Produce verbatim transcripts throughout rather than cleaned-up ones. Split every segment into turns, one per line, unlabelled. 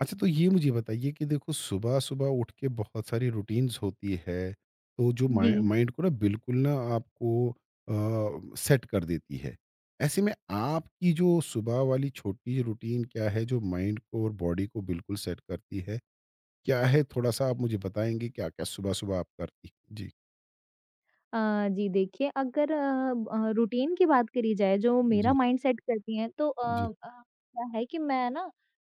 अच्छा, तो ये मुझे बताइए कि देखो सुबह-सुबह उठ के बहुत सारी रूटीन्स होती है, तो जो
जी।
माइ माइंड को ना बिल्कुल ना आपको अ, सेट कर देती है। ऐसे में आपकी जो सुबह वाली छोटी रूटीन क्या है जो माइंड को और बॉडी को बिल्कुल सेट करती है? क्या है थोड़ा-सा आप मुझे बताएँगे क्या-क्या सुबह-सुबह आप करती? जी,
अ, जी देखिए अगर अ, अ, रूटीन की बात करी जाए जो मेरा
जी,
माइंडसेट करती है तो अ
जी,
अ, क्या है कि मैं ना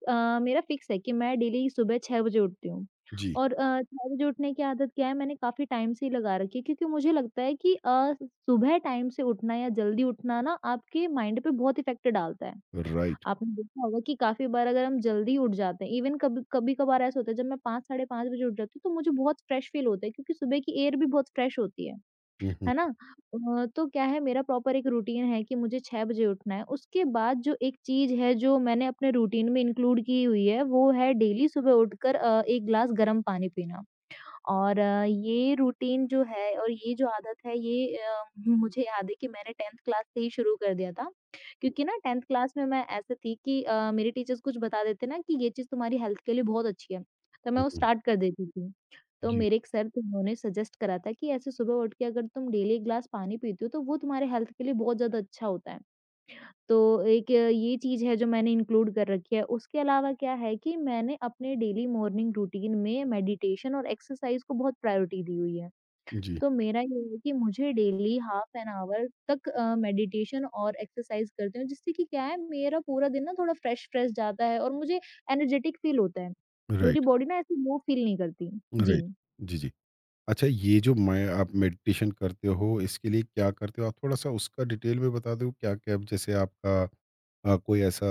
अ, मेरा फिक्स है कि मैं डेली सुबह छह बजे उठती हूँ।
जी,
और अ, छह बजे उठने की आदत क्या है मैंने काफ़ी टाइम से ही लगा रखी है। क्योंकि मुझे लगता है कि अ, सुबह टाइम से उठना या जल्दी उठना ना आपके माइंड पे बहुत इफ़ेक्ट डालता है।
राइट।
आपने देखा होगा कि काफ़ी बार अगर हम जल्दी उठ जाते हैं। इवन कभी कभी-कभार ऐसा होता है जब मैं पाँच साढ़े पाँच बजे उठ जाती हूँ तो मुझे बहुत फ्रेश फ़ील होता है क्योंकि सुबह की एयर भी बहुत फ्रेश होती है।
हुँ, हुँ,
है ना? अ, तो क्या है मेरा प्रॉपर एक रूटीन है कि मुझे छह बजे उठना है। उसके बाद जो एक चीज़ है जो मैंने अपने रूटीन में इंक्लूड की हुई है वो है डेली सुबह उठकर अ, एक ग्लास गरम पानी पीना। और अ, ये रूटीन जो है और ये जो आदत है ये अ, मुझे याद है कि मैंने टेन्थ क्लास से ही शुरू कर दिया था। क्योंकि ना टेन्थ क्लास में मैं ऐसे थी कि अ, मेरे टीचर्स कुछ बता देते ना कि ये चीज़ तुम्हारी हेल्थ के लिए बहुत अच्छी है, तो मैं
हुँ,
वो
हुँ।
स्टार्ट कर देती थी। तो
जी,
मेरे एक सर थे उन्होंने सजेस्ट करा था कि ऐसे सुबह उठ के अगर तुम डेली एक ग्लास पानी पीते हो तो वो तुम्हारे हेल्थ के लिए बहुत ज़्यादा अच्छा होता है। तो एक अ, ये चीज़ है जो मैंने इंक्लूड कर रखी है। उसके अलावा क्या है कि मैंने अपने डेली मॉर्निंग रूटीन में मेडिटेशन और एक्सरसाइज़ को बहुत प्रायोरिटी दी हुई है।
जी,
तो मेरा ये है कि मुझे डेली हाफ एन आवर तक अ, मेडिटेशन और एक्सरसाइज़ करती हूँ जिससे कि क्या है मेरा पूरा दिन ना थोड़ा फ्रेश-फ्रेश जाता है और मुझे एनर्जेटिक फ़ील होता है। मेरी
राइट,
बॉडी ना ऐसे लो फ़ील नहीं करती। जी।
राइट। जी, जी। अच्छा ये जो मैं आप मेडिटेशन करते हो, इसके लिए क्या करते हो? आप थोड़ा-सा उसका डिटेल में बता दो क्या-क्या जैसे आपका अ, कोई ऐसा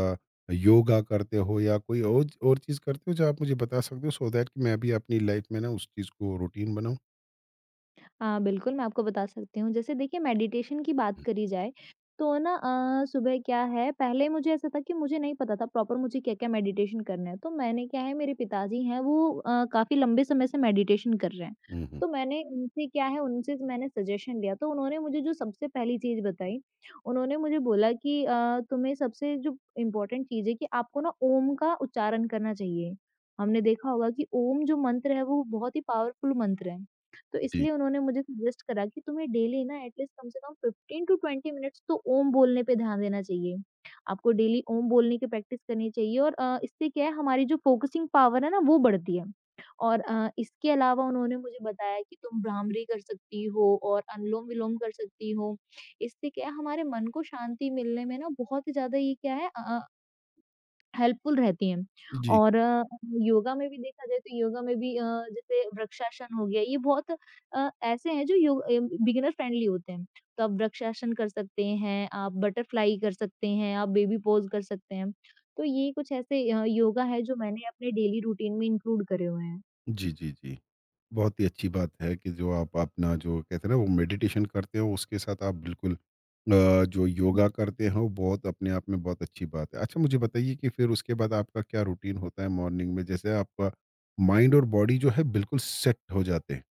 योगा करते हो या कोई और और चीज़ करते हो जो आप मुझे बता सकते हो सो दैट कि मैं भी अपनी लाइफ में ना उस चीज़ को रूटीन बनाऊँ?
हाँ, बिल्कुल, मैं आपको बता सकती हूँ। जैसे देखिए मेडिटेशन की बात करी जाए, तो ना अ, सुबह क्या है पहले मुझे ऐसा था कि मुझे नहीं पता था प्रॉपर मुझे क्या-क्या मेडिटेशन करना है। तो मैंने क्या है मेरे पिताजी हैं वो अ, काफ़ी लंबे समय से मेडिटेशन कर रहे हैं।
हुँ, हुँ।
तो मैंने उनसे क्या है उनसे मैंने सजेशन लिया तो उन्होंने मुझे जो सबसे पहली चीज़ बताई, उन्होंने मुझे बोला कि अ, तुम्हें सबसे जो इम्पोर्टेंट चीज़ है कि आपको ना ओम का उच्चारण करना चाहिए। हमने देखा होगा कि ओम जो मंत्र है वो बहुत ही पावरफुल मंत्र है। तो
जी।
इसलिए उन्होंने मुझे सजेस्ट करा कि तुम्हें डेली ना एटलीस्ट कम से कम फ़िफ़्टीन टू ट्वेंटी मिनट्स तो ओम बोलने पे ध्यान देना चाहिए। आपको डेली ओम बोलने की प्रैक्टिस करनी चाहिए और अ, इससे क्या है हमारी जो फ़ोकसिंग पावर है ना वो बढ़ती है। और अ, इसके अलावा उन्होंने मुझे बताया कि तुम भ्रामरी कर सकती हो और अनुलोम-विलोम कर सकती हो। इससे क्या है हमारे मन को शांति मिलने में ना बहुत ही ज़्यादा ये क्या है अ अ हेल्पफुल रहती हैं।
जी।
और अ, योगा में भी देखा जाए तो योगा में भी अ, जैसे वृक्षासन हो गया, ये बहुत अ, ऐसे हैं जो योग अ, बिगिनर फ्रेंडली होते हैं। तो आप वृक्षासन कर सकते हैं, आप बटरफ्लाई कर सकते हैं, आप बेबी पोज़ कर सकते हैं। तो ये कुछ ऐसे अ, योगा है जो मैंने अपने डेली रूटीन में इंक्लूड करे हुए हैं।
जी, जी, जी। बहुत ही अच्छी बात है कि जो आप अपना जो कहते हैं ना वो मेडिटेशन करते हो उसके साथ आप बिल्कुल अ, जो योगा करते हो बहुत अपने आप में बहुत अच्छी बात है। अच्छा मुझे बताइए कि फिर उसके बाद आपका क्या रूटीन होता है मॉर्निंग में जैसे आपका माइंड और बॉडी जो है बिल्कुल सेट हो जाते हैं?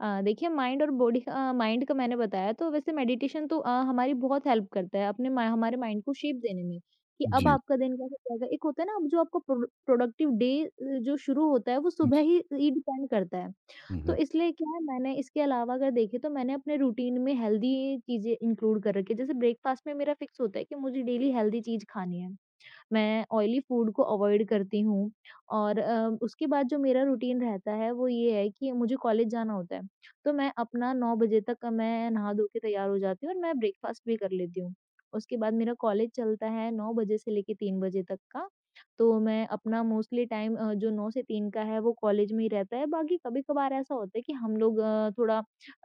अ, देखिए माइंड और बॉडी अ, माइंड का मैंने बताया तो वैसे मेडिटेशन तो अ, हमारी बहुत हेल्प करता है अपने मा- हमारे माइंड को शेप देने में कि अब
जी,
आपका दिन कैसे जाएगा। एक होता है ना अब जो आपका प्रोडक्टिव डे जो शुरू होता है वो सुबह
जी।
ही ही डिपेंड करता है।
हुँ,
तो
हुँ।
इसलिए क्या है मैंने इसके अलावा अगर देखे तो मैंने अपने रूटीन में हेल्दी चीजें इंक्लूड कर रखी है। जैसे ब्रेकफास्ट में मेरा फिक्स होता है कि मुझे डेली हेल्दी चीज खानी है। मैं ऑयली फूड को अवॉइड करती हूँ। और अ, उसके बाद जो मेरा रूटीन रहता है वो ये है कि मुझे कॉलेज जाना होता है, तो मैं अपना नौ बजे तक मैं नहा धो के तैयार हो जाती हूँ और मैं ब्रेकफ़ास्ट भी कर लेती हूँ। उसके बाद मेरा कॉलेज चलता है नौ बजे से लेके तीन बजे तक का, तो मैं अपना मोस्टली टाइम अ, जो नौ से तीन का है वो कॉलेज में ही रहता है, बाकी कभी-कभार ऐसा होता है कि हम लोग अ, थोड़ा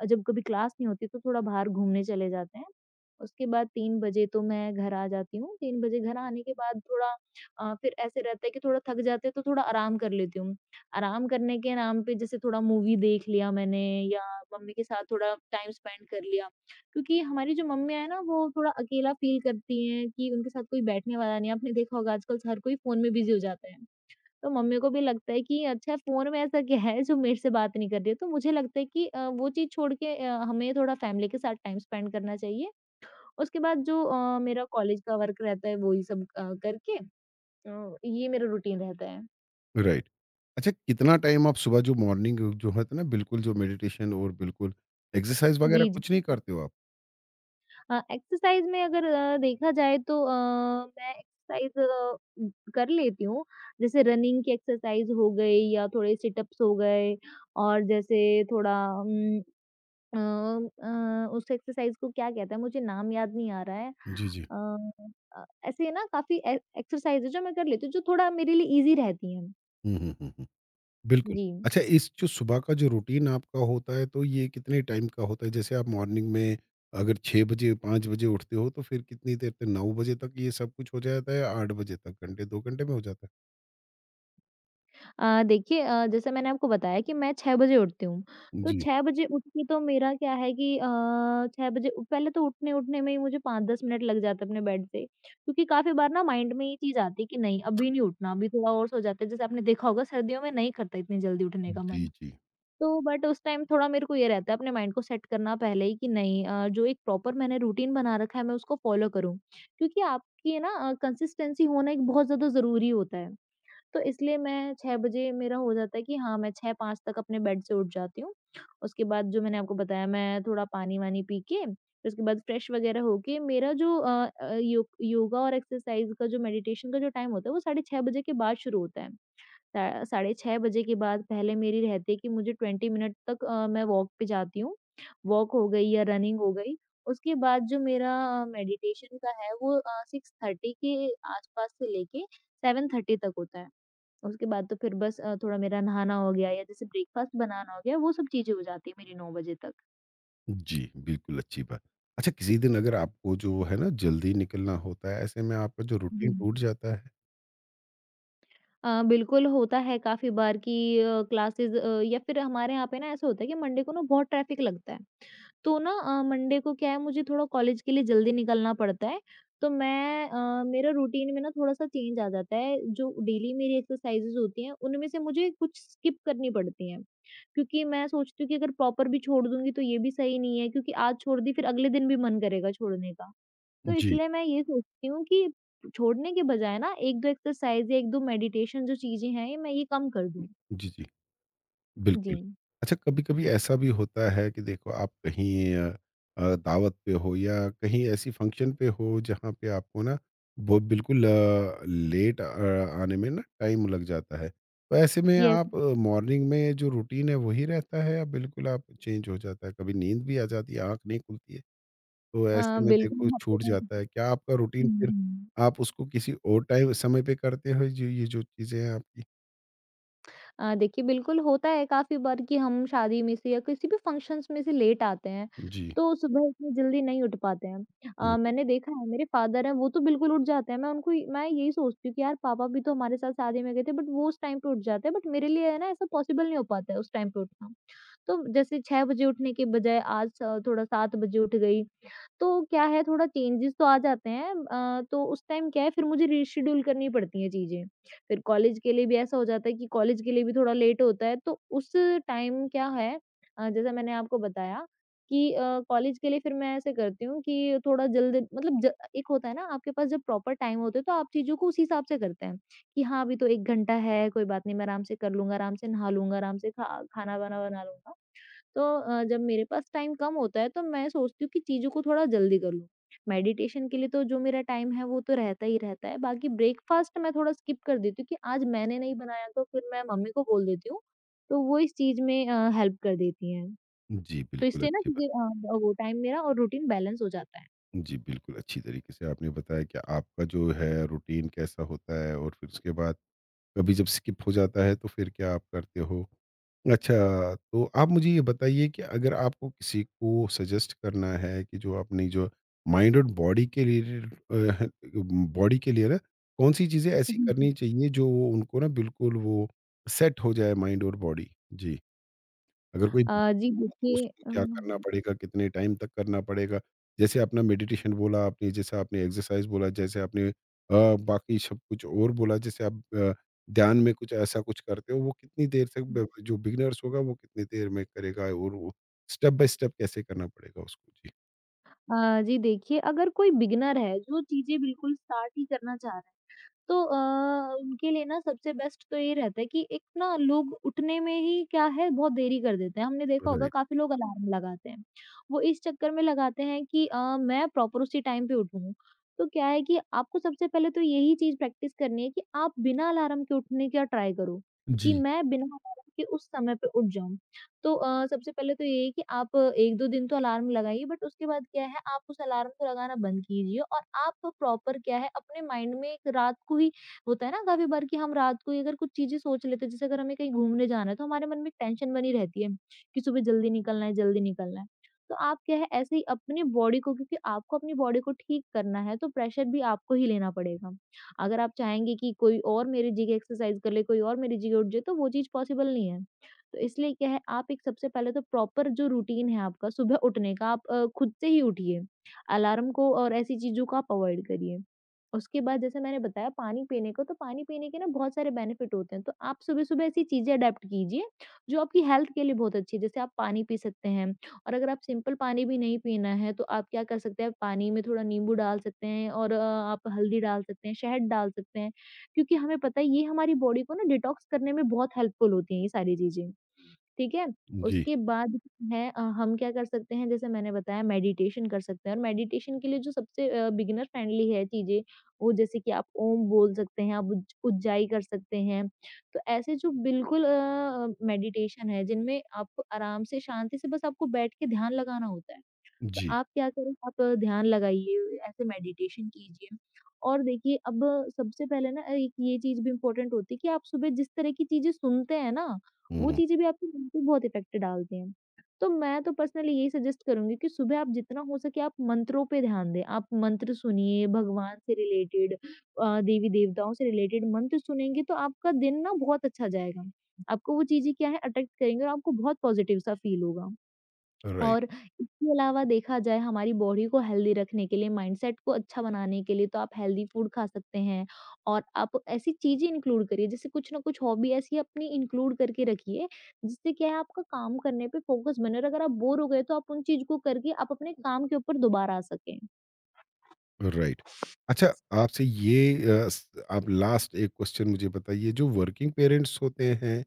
जब कभी क्लास नहीं होती तो थोड़ा बाहर घूमने चले जाते हैं। उसके बाद तीन बजे तो मैं घर आ जाती हूँ, तीन बजे घर आने के बाद थोड़ा अ, फिर ऐसे रहता है कि थोड़ा थक जाते हैं तो थोड़ा आराम कर लेती हूँ। आराम करने के नाम पे जैसे थोड़ा मूवी देख लिया मैंने या मम्मी के साथ थोड़ा टाइम स्पेंड कर लिया। क्योंकि हमारी जो मम्मियाँ हैं ना वो थोड़ा अकेला फ़ील करती हैं कि उनके साथ कोई बैठने वाला नहीं है। आपने देखा होगा आजकल हर कोई फ़ोन में बिज़ी हो जाता है। तो मम्मी को भी लगता है कि अच्छा फ़ोन में ऐसा क्या है जो मेरे से बात नहीं कर रही है। तो मुझे लगता है कि अ, वो चीज़ छोड़ के अ, हमें थोड़ा फ़ैमिली के साथ टाइम स्पेंड करना चाहिए। उसके बाद जो अ, मेरा कॉलेज का वर्क रहता है, वही सब अ, करके अ, ये मेरा रूटीन रहता है।
राइट। अच्छा कितना टाइम आप सुबह जो मॉर्निंग जो होता है ना बिल्कुल जो मेडिटेशन और बिल्कुल एक्सरसाइज़ वगैरह
जी, जी।
कुछ नहीं करते हो आप?
अ, एक्सरसाइज़ में अगर अ, देखा जाए तो अ, मैं एक्सरसाइज़ अ, उम, कर लेती हूँ। जैसे रनिंग की एक्सरसाइज़ हो गई या थोड़े सिट-अप्स हो गए और जैसे थोड़ा उम, अ अ, उस एक्सरसाइज़ को क्या कहते हैं? मुझे नाम याद नहीं आ रहा है।
जी, जी।
अ अ, ऐसे ना काफ़ी ए एक्सरसाइज़ है जो मैं कर लेती हूँ, जो थोड़ा मेरे लिए ईज़ी रहती हैं।
हुँ, हुँ, हुँ, हुँ। बिल्कुल।
जी।
अच्छा इस जो सुबह का जो रूटीन आपका होता है, तो ये कितने टाइम का होता है? जैसे आप मॉर्निंग में अगर छह बजे, पाँच बजे उठते हो, तो फिर कितनी देर तक नौ बजे तक ये सब कुछ हो जाता है? आठ बजे तक, घंटे दो घंटे में हो जाता है?
अ, देखिए अ, जैसे मैंने आपको बताया कि मैं छह बजे उठती हूँ, तो
जी,
छह बजे उठ के तो मेरा क्या है कि अ, छह बजे उ- पहले तो उठने-उठने में ही मुझे पाँच दस मिनट लग जाते हैं अपने बेड से, क्योंकि काफ़ी बार ना माइंड में ये चीज़ आती है कि नहीं अभी नहीं उठना, अभी थोड़ा और सो जाते हैं। जैसे आपने देखा होगा सर्दियों में नहीं करता इतनी जल्दी उठने का
जी,
मन,
जी।
तो बट उस टाइम थोड़ा मेरे को ये रहता है अपने माइंड को सेट करना पहले ही कि नहीं अ, जो एक प्रॉपर मैंने रूटीन बना रखा है मैं उसको फॉलो करूँ, क्योंकि आपकी है ना अ, कंसिस्टेंसी होना एक बहुत ज़्यादा ज़रूरी होता है। तो इसलिए मैं छह बजे मेरा हो जाता है कि हाँ, मैं छह पाँच तक अपने बेड से उठ जाती हूँ। उसके बाद जो मैंने आपको बताया मैं थोड़ा पानी-वानी पी के, फिर उसके बाद फ्रेश वगैरह होके मेरा जो अ अ, यो योगा और एक्सरसाइज़ का जो मेडिटेशन का जो टाइम होता है वो साढ़े छह बजे के बाद शुरू होता है। सा साढ़े छह बजे के बाद पहले मेरी रहती है कि मुझे बीस मिनट तक अ, मैं वॉक पे जाती हूँ। वॉक हो गई या रनिंग हो गई। उसके बाद जो मेरा अ, मेडिटेशन का है वो अ, साढ़े छह के आस-पास से लेके साढ़े सात तक होता है। उसके बाद तो फिर बस अ, थोड़ा मेरा नहाना हो गया या जैसे ब्रेकफ़ास्ट बनाना हो गया, वो सब चीज़ें हो जाती है मेरी नौ बजे तक।
जी, बिल्कुल अच्छी बात। अच्छा किसी दिन अगर आपको जो है ना जल्दी निकलना होता है, ऐसे में आपका जो रूटीन
जी।
टूट जाता है?
अ, बिल्कुल होता है काफ़ी बार कि अ, क्लासेज़ अ, या फिर हमारे यहाँ पे ना ऐसा होता है कि मंडे को ना बहुत ट्रैफ़िक लगता है। तो ना अ, मंडे को क्या है मुझे थोड़ा कॉलेज के लिए जल्दी निकलना पड़ता है, तो मैं अ, मेरा रूटीन में ना थोड़ा-सा चेंज आ जाता है, जो डेली मेरी एक्सरसाइज़ेज़ होती हैं, उनमें से मुझे कुछ स्किप करनी पड़ती हैं। क्योंकि मैं सोचती हूँ कि अगर प्रॉपर भी छोड़ दूँगी तो ये भी सही नहीं है क्योंकि आज छोड़ दी फिर अगले दिन भी मन करेगा छोड़ने का। तो
जी।
इसलिए मैं ये सोचती हूँ कि छोड़ने के बजाय ना एक दो एक्सरसाइज़ या एक दो मेडिटेशन जो चीज़ें हैं, ये मैं ये कम कर दूँ।
जी, जी।
जी।
बिल्कुल। अच्छा कभी-कभी ऐसा भी होता है कि देखो आप कहीं अ अ, दावत पे हो या कहीं ऐसी फंक्शन पे हो जहाँ पे आपको ना वो बिल्कुल अ, लेट अ, आने में ना टाइम लग जाता है। तो ऐसे में
यस
आप अ, मॉर्निंग में जो रूटीन है वही रहता है या बिल्कुल आप चेंज हो जाता है? कभी नींद भी आ जाती है, आँख नहीं खुलती है, तो
अ,
ऐसे में देखो छूट
बिल्कुल।
जाता है। क्या आपका रूटीन
हुँ,
फिर
हुँ।
आप उसको किसी और टाइम समय पे करते हो जो ये जो चीज़ें हैं आपकी?
अ, देखिए बिल्कुल होता है काफ़ी बार कि हम शादी में से या किसी भी फंक्शंस में से लेट आते हैं,
जी।
तो सुबह इतनी जल्दी नहीं उठ पाते हैं।
हुँ।
अ, मैंने देखा है मेरे फादर हैं वो तो बिल्कुल उठ जाते हैं, मैं उनको मैं यही सोचती हूँ कि यार पापा भी तो हमारे साथ शादी में गए थे बट वो उस टाइम पे उठ जाते हैं बट मेरे लिए है ना ऐसा पॉसिबल नहीं हो पाता है उस टाइम पे उठना। तो जैसे छह बजे उठने के बजाय आज अ, थोड़ा सात बजे उठ गई, तो क्या है थोड़ा चेंजेस तो आ जाते हैं अ, तो उस टाइम क्या है फिर मुझे रीशेड्यूल करनी पड़ती हैं चीज़ें। फिर कॉलेज के लिए भी ऐसा हो जाता है कि कॉलेज के लिए भी थोड़ा लेट होता है, तो उस टाइम क्या है अ, जैसा मैंने आपको बताया कि अ, कॉलेज के लिए फिर मैं ऐसे करती हूँ कि थोड़ा जल्द मतलब ज एक होता है ना, आपके पास जब प्रॉपर टाइम होता है तो आप चीज़ों को उस हिसाब से करते हैं, कि हाँ अभी तो एक घंटा है, कोई बात नहीं, मैं आराम से कर लूँगा, आराम से नहा लूँगा, आराम से खा खाना-वाना बना लूँगा। तो अ, जब मेरे पास टाइम कम होता है तो मैं सोचती हूँ कि चीज़ों को थोड़ा जल्दी कर लूँ। मेडिटेशन के लिए तो जो मेरा टाइम है वो तो रहता ही रहता है, बाकी ब्रेकफ़ास्ट मैं थोड़ा स्किप कर देती हूँ कि आज मैंने नहीं बनाया, तो फिर मैं मम्मी को बोल देती हूँ, तो वो इस चीज़ में अ, हेल्प कर देती हैं।
जी,
तो
बिल्कुल
इससे ना
अच्छी
चीज़ें अ, वो टाइम मेरा और रूटीन बैलेंस हो जाता है।
जी, बिल्कुल, अच्छी तरीके से आपने बताया कि आपका जो है रूटीन कैसा होता है और फिर उसके बाद कभी जब स्किप हो जाता है तो फिर क्या आप करते हो? अच्छा, तो आप मुझे ये बताइए कि अगर आपको किसी को सजेस्ट करना है कि जो अपनी जो माइंड और बॉडी के रिलेटेड अ, बॉडी के लिए ना कौन-सी चीज़ें ऐसी
जी, जी।
करनी चाहिए जो उनको ना बिल्कुल वो सेट हो जाए माइंड और बॉडी? जी। अगर कोई
अ,
दूसरे
जी
को बोला, तो
देखिए।
उसको
अ,
क्या करना पड़ेगा, कितने टाइम तक करना पड़ेगा? जैसे आपने मेडिटेशन बोला आपने, जैसे आपने एक्सरसाइज़ बोला, जैसे आपने अ, बाकी सब कुछ और बोला, जैसे आप अ, ध्यान में कुछ ऐसा कुछ करते हो, वो कितनी देर तक ब जो बिगिनर्स होगा, वो कितनी देर में करेगा और वो स्टेप बाय स्टेप कैसे करना पड़ेगा उसको? जी,
अ, जी देखिए, अगर कोई बिगिनर है जो चीज़ें बिल्कुल स्टार्ट ही करना चाह रहा है, तो अ, उनके लिए ना सबसे बेस्ट तो ये रहता है कि एक ना लोग उठने में ही क्या है बहुत देरी कर देते हैं। हमने देखा होगा
राइट।
काफ़ी लोग अलार्म लगाते हैं। वो इस चक्कर में लगाते हैं कि अ, मैं प्रॉपर उसी टाइम पे उठूँ। तो क्या है कि आपको सबसे पहले तो यही चीज़ प्रैक्टिस करनी है कि आप बिना अलार्म के उठने का ट्राई करो, कि
जी।
मैं बिना अलार्म के उस समय पे उठ जाऊँ। तो अ, सबसे पहले तो ये है कि आप एक दो दिन तो अलार्म लगाइए, बट उसके बाद क्या है आप उस अलार्म को लगाना बंद कीजिए और आप प्रॉपर क्या है अपने माइंड में एक रात को ही होता है ना काफ़ी बार कि हम रात को ही अगर कुछ चीज़ें सोच लेते हैं, जैसे अगर हमें कहीं घूमने जाना है तो हमारे मन में एक टेंशन बनी रहती है कि सुबह जल्दी निकलना है, जल्दी निकलना है। तो आप क्या है ऐसे ही अपनी बॉडी को, क्योंकि आपको अपनी बॉडी को ठीक करना है तो प्रेशर भी आपको ही लेना पड़ेगा। अगर आप चाहेंगे कि कोई और मेरी जगह एक्सरसाइज़ कर ले, कोई और मेरी जगह उठ जाए, तो वो चीज़ पॉसिबल नहीं है। तो इसलिए क्या है, आप एक सबसे पहले तो प्रॉपर जो रूटीन है आपका सुबह उठने का, आप अ, खुद से ही उठिए। अलार्म को और ऐसी चीज़ों को आप अवॉइड करिए। उसके बाद जैसे मैंने बताया पानी पीने को, तो पानी पीने के ना बहुत सारे बेनिफिट होते हैं। तो आप सुबह-सुबह ऐसी चीज़ें अडॉप्ट कीजिए जो आपकी हेल्थ के लिए बहुत अच्छी है। जैसे आप पानी पी सकते हैं, और अगर आप सिंपल पानी भी नहीं पीना है तो आप क्या कर सकते हैं, पानी में थोड़ा नींबू डाल सकते हैं और अ, आप हल्दी डाल सकते हैं, शहद डाल सकते हैं। क्योंकि हमें पता है ये हमारी बॉडी को ना डिटॉक्स करने में बहुत हेल्पफुल होती हैं ये सारी चीज़ें। ठीक है?
जी,
उसके बाद है अ, हम क्या कर सकते हैं, जैसे मैंने बताया मेडिटेशन कर सकते हैं, और मेडिटेशन के लिए जो सबसे अ, बिगिनर फ्रेंडली है चीज़ें, वो जैसे कि आप ओम बोल सकते हैं, आप उज उज्जाई कर सकते हैं। तो ऐसे जो बिल्कुल अ, मेडिटेशन है जिनमें आपको आराम से शांति से बस आपको बैठ के ध्यान लगाना होता है। तो
जी।
आप क्या करें, आप ध्यान लगाइए, ऐसे मेडिटेशन कीजिए। और देखिए, अब सबसे पहले ना एक ये चीज़ भी इम्पोर्टेंट होती है कि आप सुबह जिस तरह की चीज़ें सुनते हैं ना,
हुँ,
वो
हुँ,
चीज़ें भी आपके मन पे बहुत इफ़ेक्ट डालती हैं। तो मैं तो पर्सनली यही सजेस्ट करूँगी कि सुबह आप जितना हो सके आप मंत्रों पे ध्यान दें। आप मंत्र सुनिए, भगवान से रिलेटेड अ, देवी-देवताओं से रिलेटेड मंत्र सुनेंगे तो आपका दिन ना बहुत अच्छा जाएगा। आपको वो चीज़ें क्या है अट्रैक्ट करेंगे और आपको बहुत पॉज़िटिव सा फ़ील होगा।
राइट।
और इसके अलावा देखा जाए, हमारी बॉडी को हेल्दी रखने के लिए, माइंडसेट को अच्छा बनाने के लिए, तो आप हेल्दी फूड खा सकते हैं और आप ऐसी चीज़ें इंक्लूड करिए, जैसे कुछ ना कुछ हॉबी ऐसी अपनी इंक्लूड करके रखिए, जिससे क्या है आपका काम करने पे फ़ोकस बने, और अगर आप बोर हो गए तो आप उन चीज़ को करके आप अपने काम के ऊपर दोबारा आ सकें।
राइट। अच्छा आपसे ये अ, स आप लास्ट एक क्वेश्चन मुझे बताइए जो वर्किंग पेरेंट्स होते हैं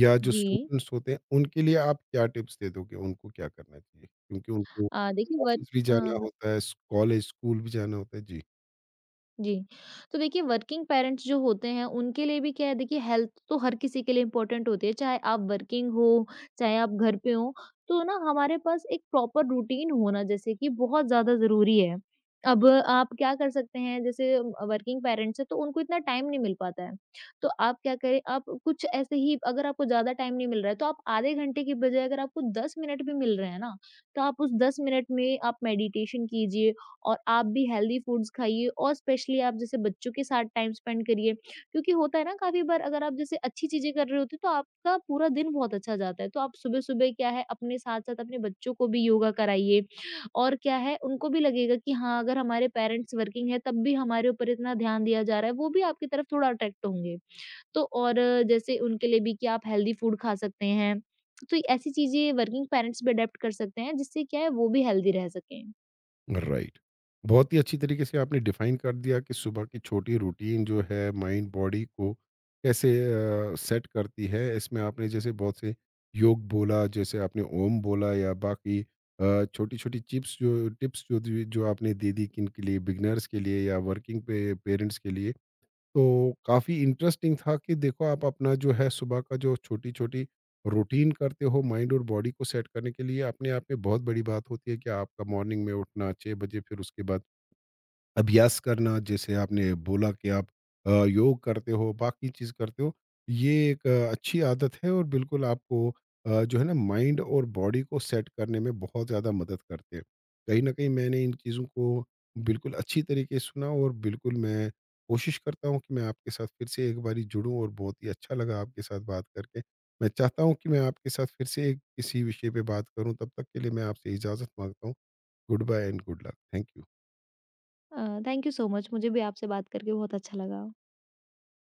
या जो
जी।
स्टूडेंट्स होते हैं, उनके लिए आप क्या टिप्स दे दोगे? उनको क्या करना चाहिए? क्योंकि उनको
अ, देखिए वर्क
ऑफ़िस भी जाना
अ
होता है, स कॉलेज, स्कूल भी जाना होता है। जी।
जी। तो देखिए, वर्किंग पेरेंट्स जो होते हैं उनके लिए भी क्या है, देखिए हेल्थ तो हर किसी के लिए इम्पोर्टेंट होती है, चाहे आप वर्किंग हो, चाहे आप घर पे हो। तो ना हमारे पास एक प्रॉपर रूटीन होना जैसे कि बहुत ज़्यादा ज़रूरी है। अब आप क्या कर सकते हैं, जैसे अ, वर्किंग पेरेंट्स हैं तो उनको इतना टाइम नहीं मिल पाता है। तो आप क्या करें, आप कुछ ऐसे ही अगर आपको ज़्यादा टाइम नहीं मिल रहा है तो आप आधे घंटे की बजाय अगर आपको दस मिनट भी मिल रहे हैं ना, तो आप उस दस मिनट में आप मेडिटेशन कीजिए और आप भी हेल्दी फूड्स खाइए, और स्पेशली आप जैसे बच्चों के साथ टाइम स्पेंड करिए। क्योंकि होता है ना काफ़ी बार, अगर आप जैसे अच्छी चीज़ें कर रहे होते हो तो आपका पूरा दिन बहुत अच्छा जाता है। तो आप सुबह-सुबह क्या है, अपने साथ-साथ अपने बच्चों को भी योगा कराइए, और क्या है उनको भी लगेगा कि हाँ, अगर हमारे पेरेंट्स वर्किंग है तब भी हमारे ऊपर इतना ध्यान दिया जा रहा है, वो भी आपकी तरफ थोड़ा अट्रैक्ट होंगे। तो और जैसे उनके लिए भी कि आप हेल्दी फूड खा सकते हैं। तो ऐसी चीज़ें वर्किंग पेरेंट्स भी अडॉप्ट कर सकते हैं जिससे क्या है वो भी हेल्दी रह सकें।
राइट। बहुत ही अच्छी तरीके से आपने डिफ़ाइन कर दिया कि सुबह की छोटी रूटीन जो है माइंड बॉडी को कैसे अ, सेट करती है। इसमें आपने जैसे बहुत से योग बोला, जैसे आपने ओम बोला या बाकी अ, छोटी-छोटी चिप्स जो टिप्स जो दी जो आपने दे दी किन के लिए बिगिनर्स के लिए या वर्किंग पे पेरेंट्स के लिए। तो काफ़ी इंटरेस्टिंग था कि देखो आप अपना जो है सुबह का जो छोटी-छोटी रूटीन करते हो माइंड और बॉडी को सेट करने के लिए, अपने आप में बहुत बड़ी बात होती है कि आपका मॉर्निंग में उठना छह बजे फिर उसके बाद अभ्यास करना जैसे आपने बोला कि आप अ, योग करते हो, बाकी चीज़ करते हो। ये एक अ, अच्छी आदत है और बिल्कुल आपको अ, जो है ना माइंड और बॉडी को सेट करने में बहुत ज़्यादा मदद करते हैं। कहीं न कहीं मैंने इन चीज़ों को बिल्कुल अच्छी तरीके से सुना और बिल्कुल मैं कोशिश करता हूँ कि मैं आपके साथ फिर से एक बारी जुड़ूँ और बहुत ही अच्छा लगा आपके साथ बात करके। मैं चाहता हूँ कि मैं आपके साथ फिर से एक किसी विषय पे बात करूँ, तब तक के लिए मैं आपसे इजाज़त माँगता हूँ। Good bye and good luck. Thank you.
अ, थैंक यू सो मच, मुझे भी आपसे बात करके बहुत अच्छा लगा।